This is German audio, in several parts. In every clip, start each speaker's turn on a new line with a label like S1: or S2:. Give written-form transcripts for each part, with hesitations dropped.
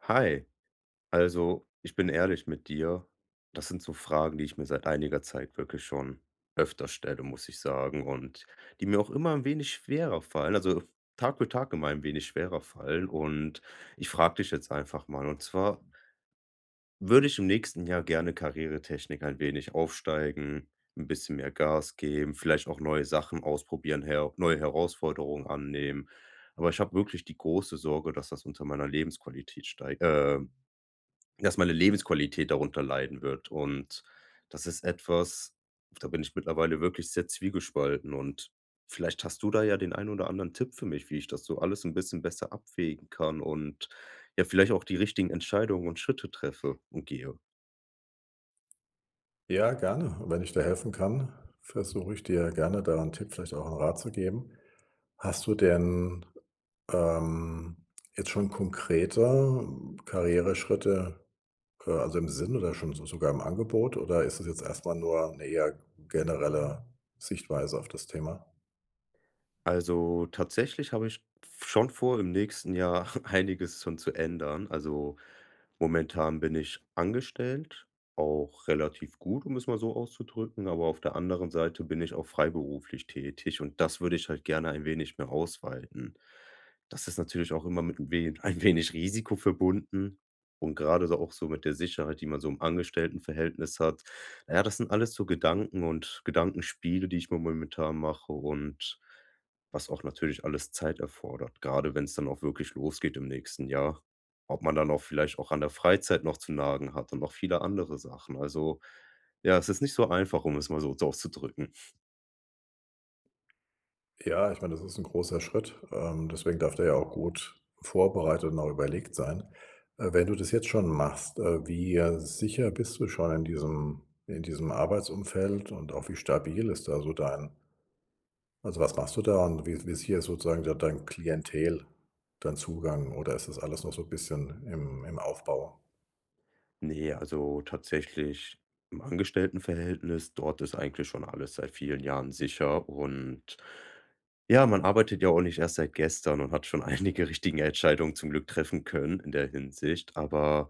S1: Hi, also ich bin ehrlich mit dir. Das sind so Fragen, die ich mir seit einiger Zeit wirklich schon öfter stelle, muss ich sagen, und die mir auch immer ein wenig schwerer fallen. Also Tag für Tag immer ein wenig schwerer fallen. Und ich frage dich jetzt einfach mal, und zwar würde ich im nächsten Jahr gerne karrieretechnik ein wenig aufsteigen, ein bisschen mehr Gas geben, vielleicht auch neue Sachen ausprobieren, her neue Herausforderungen annehmen. Aber ich habe wirklich die große Sorge, dass das unter meiner Lebensqualität steigt, dass meine Lebensqualität darunter leiden wird. Und das ist etwas, da bin ich mittlerweile wirklich sehr zwiegespalten. Und vielleicht hast du da ja den einen oder anderen Tipp für mich, wie ich das so alles ein bisschen besser abwägen kann und ja, vielleicht auch die richtigen Entscheidungen und Schritte treffe und gehe.
S2: Ja, gerne. Wenn ich dir helfen kann, versuche ich dir gerne da einen Tipp, vielleicht auch einen Rat zu geben. Hast du denn, ähm, jetzt schon konkrete Karriereschritte, also im Sinn oder schon so sogar im Angebot oder ist es jetzt erstmal nur 'ne eher generelle Sichtweise auf das Thema?
S1: Also, tatsächlich habe ich schon vor, im nächsten Jahr einiges schon zu ändern. Also, momentan bin ich angestellt, auch relativ gut, um es mal so auszudrücken, aber auf der anderen Seite bin ich auch freiberuflich tätig und das würde ich halt gerne ein wenig mehr ausweiten. Das ist natürlich auch immer mit 'n wen ein wenig Risiko verbunden und gerade so auch so mit der Sicherheit, die man so im Angestelltenverhältnis hat. Na ja, das sind alles so Gedanken und Gedankenspiele, die ich mir momentan mache und was auch natürlich alles Zeit erfordert, gerade wenn es dann auch wirklich losgeht im nächsten Jahr. Ob man dann auch vielleicht auch an der Freizeit noch zu nagen hat und noch viele andere Sachen. Also, ja, es ist nicht so einfach, um es mal so auszudrücken.
S2: Ja, ich meine, das ist ein großer Schritt. Deswegen darf der ja auch gut vorbereitet und auch überlegt sein. Wenn du das jetzt schon machst, wie sicher bist du schon in diesem Arbeitsumfeld und auch wie stabil ist da so dein also, was machst du da und wie sicher ist sozusagen da dein Klientel, dein Zugang oder ist das alles noch so ein bisschen im Aufbau?
S1: Ne, also tatsächlich im Angestelltenverhältnis, dort ist eigentlich schon alles seit vielen Jahren sicher und ja, man arbeitet ja auch nicht erst seit gestern und hat schon einige richtigen Entscheidungen zum Glück treffen können in der Hinsicht. Aber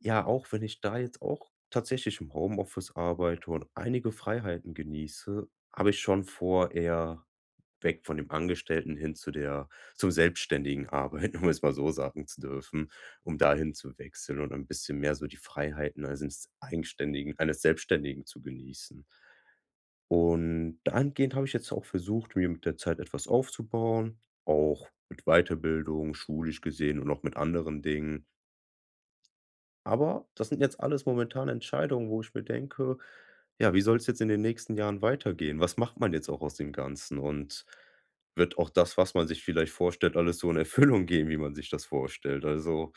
S1: ja, auch wenn ich da jetzt auch tatsächlich im Homeoffice arbeite und einige Freiheiten genieße, habe ich schon vor, eher weg von dem Angestellten hin zu der zum selbstständigen Arbeiten, um es mal so sagen zu dürfen, um dahin zu wechseln und ein bisschen mehr so die Freiheiten eines Eigenständigen, eines Selbstständigen zu genießen. Und dahingehend habe ich jetzt auch versucht, mir mit der Zeit etwas aufzubauen, auch mit Weiterbildung, schulisch gesehen und auch mit anderen Dingen. Aber das sind jetzt alles momentan Entscheidungen, wo ich mir denke: „Ja, wie soll es jetzt in den nächsten Jahren weitergehen? Was macht man jetzt auch aus dem Ganzen? Und wird auch das, was man sich vielleicht vorstellt, alles so in Erfüllung gehen, wie man sich das vorstellt?" Also,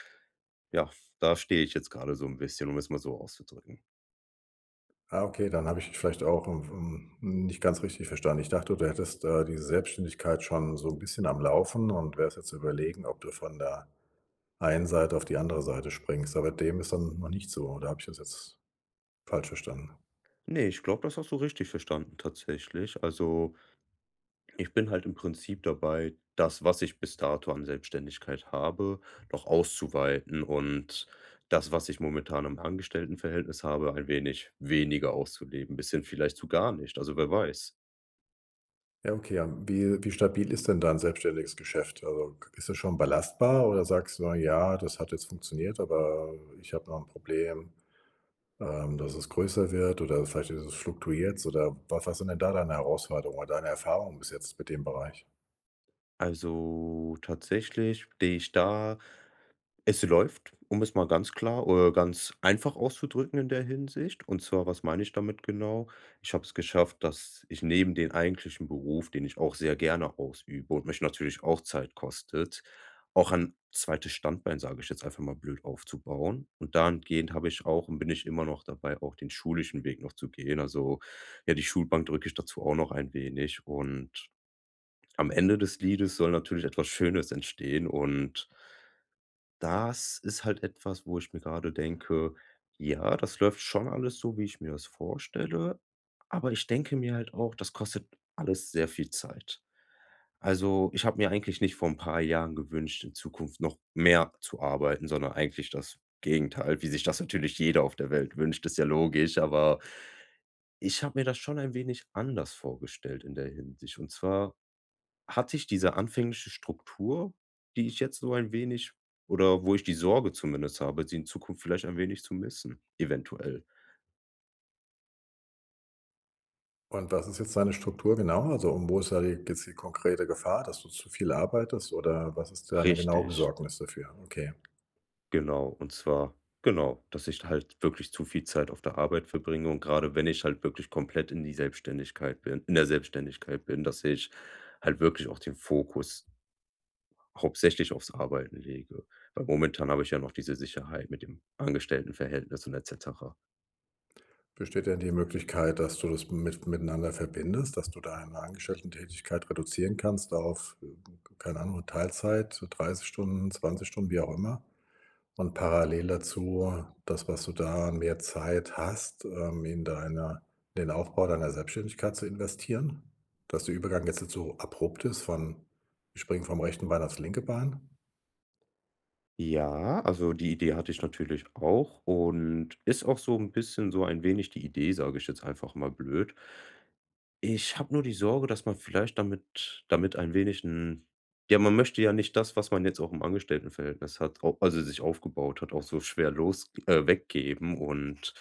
S1: ja, da stehe ich jetzt gerade so ein bisschen, um es mal so auszudrücken.
S2: Ah, okay, dann habe ich dich vielleicht auch, nicht ganz richtig verstanden. Ich dachte, du hättest, diese Selbstständigkeit schon so ein bisschen am Laufen und wärst jetzt überlegen, ob du von der einen Seite auf die andere Seite springst, aber dem ist dann noch nicht so, oder habe ich das jetzt falsch verstanden?
S1: Ne, ich glaube, das hast du richtig verstanden tatsächlich. Also, ich bin halt im Prinzip dabei, das, was ich bis dato an Selbstständigkeit habe, noch auszuweiten und das, was ich momentan im Angestelltenverhältnis habe, ein wenig weniger auszuleben, bisschen vielleicht zu gar nicht, also wer weiß.
S2: Ja, okay, wie stabil ist denn dein selbstständiges Geschäft? Also, ist es schon belastbar oder sagst du: „Na ja, das hat jetzt funktioniert, aber ich habe noch ein Problem, dass es größer wird oder vielleicht ist es fluktuiert“ oder was? Was sind denn da deine Herausforderungen oder deine Erfahrungen bis jetzt mit dem Bereich?
S1: Also tatsächlich stehe ich da. Es läuft, um es mal ganz klar oder ganz einfach auszudrücken in der Hinsicht. Und zwar, was meine ich damit genau? Ich habe es geschafft, dass ich neben den eigentlichen Beruf, den ich auch sehr gerne ausübe und mich natürlich auch Zeit kostet, auch ein zweites Standbein, sage ich jetzt einfach mal blöd, aufzubauen. Und dahingehend habe ich auch und bin ich immer noch dabei, auch den schulischen Weg noch zu gehen. Also ja, die Schulbank drücke ich dazu auch noch ein wenig. Und am Ende des Liedes soll natürlich etwas Schönes entstehen und das ist halt etwas, wo ich mir gerade denke: „Ja, das läuft schon alles so, wie ich mir das vorstelle." Aber ich denke mir halt auch, das kostet alles sehr viel Zeit. Also, ich habe mir eigentlich nicht vor ein paar Jahren gewünscht, in Zukunft noch mehr zu arbeiten, sondern eigentlich das Gegenteil, wie sich das natürlich jeder auf der Welt wünscht, ist ja logisch. Aber ich habe mir das schon ein wenig anders vorgestellt in der Hinsicht. Und zwar hat dich diese anfängliche Struktur, die ich jetzt so ein wenig oder wo ich die Sorge zumindest habe, sie in Zukunft vielleicht ein wenig zu missen, eventuell.
S2: Und was ist jetzt deine Struktur genau? Also, und wo ist da die konkrete Gefahr, dass du zu viel arbeitest oder was ist deine genaue
S1: Richtig,
S2: Besorgnis dafür? Okay.
S1: genau. Und zwar genau, dass ich halt wirklich zu viel Zeit auf der Arbeit verbringe und gerade wenn ich halt wirklich komplett in der Selbstständigkeit bin, dass ich halt wirklich auch den Fokus hauptsächlich aufs Arbeiten lege. Weil momentan habe ich ja noch diese Sicherheit mit dem Angestelltenverhältnis und et cetera.
S2: Besteht denn die Möglichkeit, dass du das miteinander verbindest, dass du deine angestellten Tätigkeit reduzieren kannst auf, keine Ahnung, Teilzeit, 30 Stunden, 20 Stunden, wie auch immer? Und parallel dazu das, was du da an mehr Zeit hast, in deine in den Aufbau deiner Selbstständigkeit zu investieren? Dass der Übergang jetzt nicht so abrupt ist von wir springen vom rechten Bein aufs linke Bein?
S1: Ja, also die Idee hatte ich natürlich auch und ist auch so ein bisschen so ein wenig die Idee, sage ich jetzt einfach mal blöd. Ich habe nur die Sorge, dass man vielleicht damit ein wenig ein ja, man möchte ja nicht das, was man jetzt auch im Angestelltenverhältnis hat, au also sich aufgebaut hat, auch so schwer los weggeben und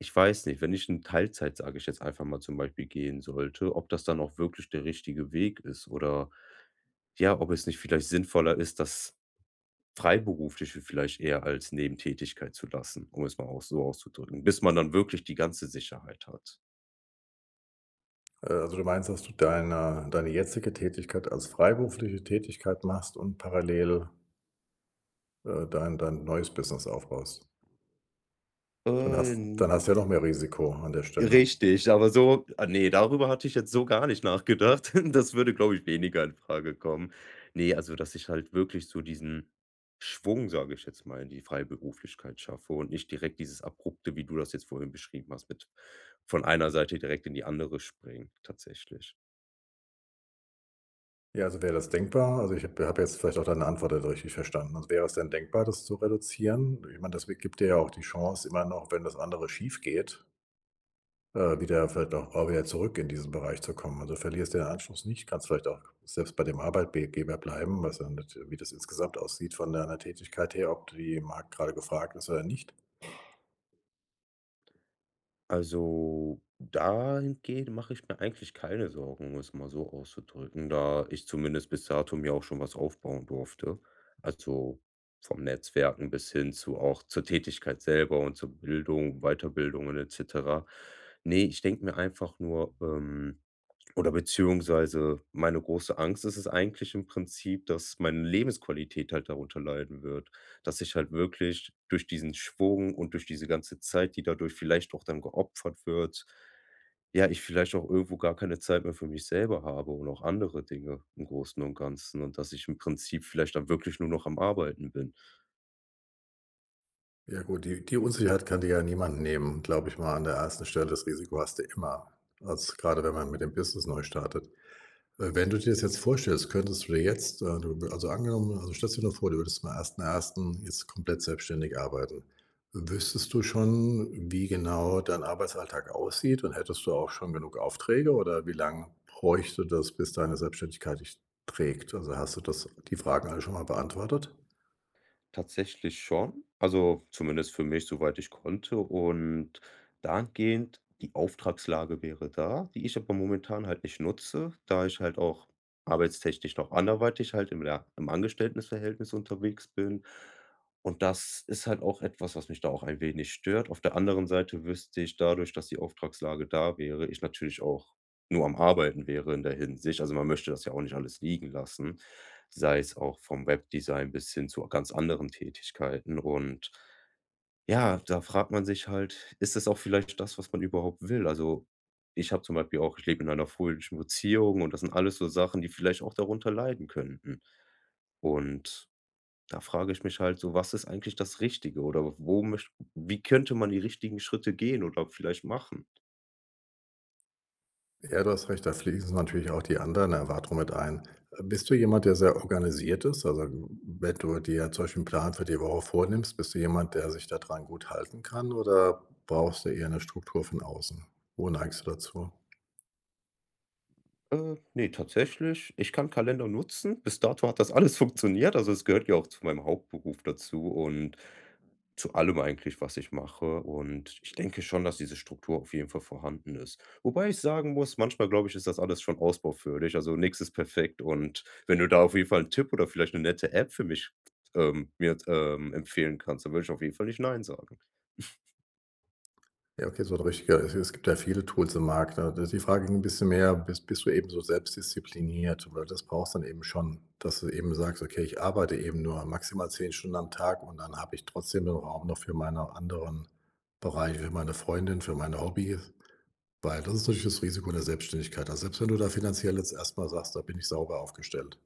S1: ich weiß nicht, wenn ich in Teilzeit, sage ich jetzt einfach mal zum Beispiel, gehen sollte, ob das dann auch wirklich der richtige Weg ist oder ja, ob es nicht vielleicht sinnvoller ist, dass Freiberufliche vielleicht eher als Nebentätigkeit zu lassen, um es mal auch so auszudrücken, bis man dann wirklich die ganze Sicherheit hat.
S2: Also, du meinst, dass du deine jetzige Tätigkeit als freiberufliche Tätigkeit machst und parallel dein neues Business aufbaust.
S1: N
S2: Dann hast du ja noch mehr Risiko an der Stelle.
S1: richtig, aber so ne, darüber hatte ich jetzt so gar nicht nachgedacht. Das würde, glaube ich, weniger in Frage kommen. Ne, also, dass ich halt wirklich so diesen Schwung, sage ich jetzt mal, in die Freiberuflichkeit schaffe und nicht direkt dieses Abrupte, wie du das jetzt vorhin beschrieben hast, mit von einer Seite direkt in die andere springen, tatsächlich.
S2: Ja, also wäre das denkbar? Also, ich habe jetzt vielleicht auch deine Antwort nicht richtig verstanden. Also, wäre es denn denkbar, das zu reduzieren? Ich meine, das gibt dir ja auch die Chance, immer noch, wenn das andere schiefgeht, wieder vielleicht auch wieder zurück in diesen Bereich zu kommen. Also, du verlierst den Anschluss nicht, kannst vielleicht auch selbst bei dem Arbeitgeber bleiben, was dann wie das insgesamt aussieht von deiner Tätigkeit her, ob die im Markt grade gefragt ist oder nicht.
S1: Also, dahingehend mache ich mir eigentlich keine Sorgen, um es mal so auszudrücken, da ich zumindest bis dato mir auch schon was aufbauen durfte. Also, vom Netzwerken bis hin zu auch zur Tätigkeit selber und zur Bildung, Weiterbildungen et cetera. Ne, ich denke mir einfach nur, oder beziehungsweise meine große Angst ist es eigentlich im Prinzip, dass meine Lebensqualität halt darunter leiden wird, dass ich halt wirklich durch diesen Schwung und durch diese ganze Zeit, die dadurch vielleicht auch dann geopfert wird, ja, ich vielleicht auch irgendwo gar keine Zeit mehr für mich selber habe und auch andere Dinge im Großen und Ganzen und dass ich im Prinzip vielleicht dann wirklich nur noch am Arbeiten bin.
S2: Ja gut, die Unsicherheit kann dir ja niemand nehmen, glaube ich mal an der ersten Stelle. Das Risiko hast du immer, als gerade wenn man mit dem Business neu startet. Wenn du dir das jetzt vorstellst, könntest du dir jetzt, du also angenommen also stellst du dir nur vor, du würdest am ersten jetzt komplett selbstständig arbeiten. Wüsstest du schon, wie genau dein Arbeitsalltag aussieht und hättest du auch schon genug Aufträge oder wie lang bräuchte das, bis deine Selbstständigkeit dich trägt? Also, hast du das die Fragen alle schon mal beantwortet?
S1: Tatsächlich schon. Also zumindest für mich, soweit ich konnte. Und dahingehend, die Auftragslage wäre da, die ich aber momentan halt nicht nutze, da ich halt auch arbeitstechnisch noch anderweitig halt im Angestelltenverhältnis unterwegs bin. Und das ist halt auch etwas, was mich da auch ein wenig stört. Auf der anderen Seite wüsste ich dadurch, dass die Auftragslage da wäre, ich natürlich auch nur am Arbeiten wäre in der Hinsicht. Also man möchte das ja auch nicht alles liegen lassen, sei es auch vom Webdesign bis hin zu ganz anderen Tätigkeiten. Und ja, da fragt man sich halt, ist das auch vielleicht das, was man überhaupt will? Also, ich habe zum Beispiel auch ich lebe in einer fröhlichen Beziehung und das sind alles so Sachen, die vielleicht auch darunter leiden könnten. Und da frage ich mich halt so, was ist eigentlich das Richtige oder wo möcht wie könnte man die richtigen Schritte gehen oder vielleicht machen?
S2: Ja, du hast recht, da fließen natürlich auch die anderen Erwartungen mit ein. Bist du jemand, der sehr organisiert ist? Also, wenn du dir zum Beispiel 'n Plan für die Woche vornimmst, bist du jemand, der sich daran gut halten kann oder brauchst du eher eine Struktur von außen? Wo neigst du dazu?
S1: Ne, tatsächlich, ich kann Kalender nutzen. Bis dato hat das alles funktioniert. Also, es gehört ja auch zu meinem Hauptberuf dazu und zu allem eigentlich, was ich mache. Und ich denke schon, dass diese Struktur auf jeden Fall vorhanden ist. Wobei ich sagen muss, manchmal glaube ich, ist das alles schon ausbaufähig. Also, nichts ist perfekt und wenn du da auf jeden Fall einen Tipp oder vielleicht eine nette App für mich, mir, empfehlen kannst, dann würde ich auf jeden Fall nicht nein sagen.
S2: Ja, okay, so 'n richtiger es gibt ja viele Tools im Markt, ne? Da die Frage ging ein bisschen mehr, bist du eben so selbstdiszipliniert? Weil das brauchst dann eben schon, dass du eben sagst: „Okay, ich arbeite eben nur maximal 10 Stunden am Tag und dann habe ich trotzdem den Raum noch für meine anderen Bereiche, für meine Freundin, für meine Hobbys.“ Weil das ist natürlich das Risiko der Selbstständigkeit. Also, selbst wenn du da finanziell jetzt erstmal sagst: „Da bin ich sauber aufgestellt.“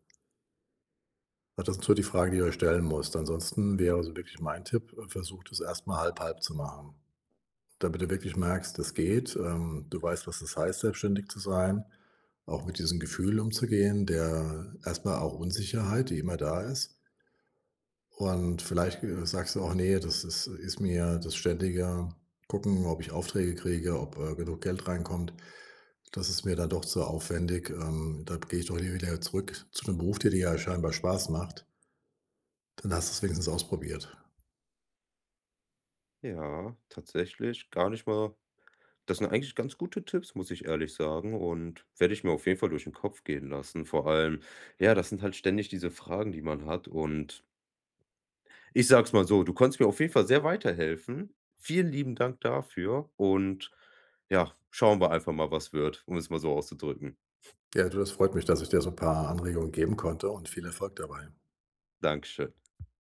S2: Ja, das sind so die Fragen, die ihr euch stellen müsst. Ansonsten wäre also wirklich mein Tipp, versucht es erstmal halb halb zu machen, damit du wirklich merkst, das geht. Du weißt, was das heißt, selbstständig zu sein, auch mit diesen Gefühlen umzugehen, der erstmal auch Unsicherheit, die immer da ist. Und vielleicht sagst du auch, nee, das ist, ist mir das ständige Gucken, ob ich Aufträge kriege, ob genug Geld reinkommt. Das ist mir dann doch zu aufwendig. Da gehe ich doch lieber wieder zurück zu einem Beruf, der dir ja scheinbar Spaß macht. Dann hast du's wenigstens ausprobiert.
S1: Ja, tatsächlich gar nicht mal. Das sind eigentlich ganz gute Tipps, muss ich ehrlich sagen, und werde ich mir auf jeden Fall durch den Kopf gehen lassen. Vor allem, ja, das sind halt ständig diese Fragen, die man hat. Und ich sage es mal so, du konntest mir auf jeden Fall sehr weiterhelfen. Vielen lieben Dank dafür. Und ja, schauen wir einfach mal, was wird, um es mal so auszudrücken.
S2: Ja, du, das freut mich, dass ich dir so 'n paar Anregungen geben konnte und viel Erfolg dabei.
S1: Dankeschön.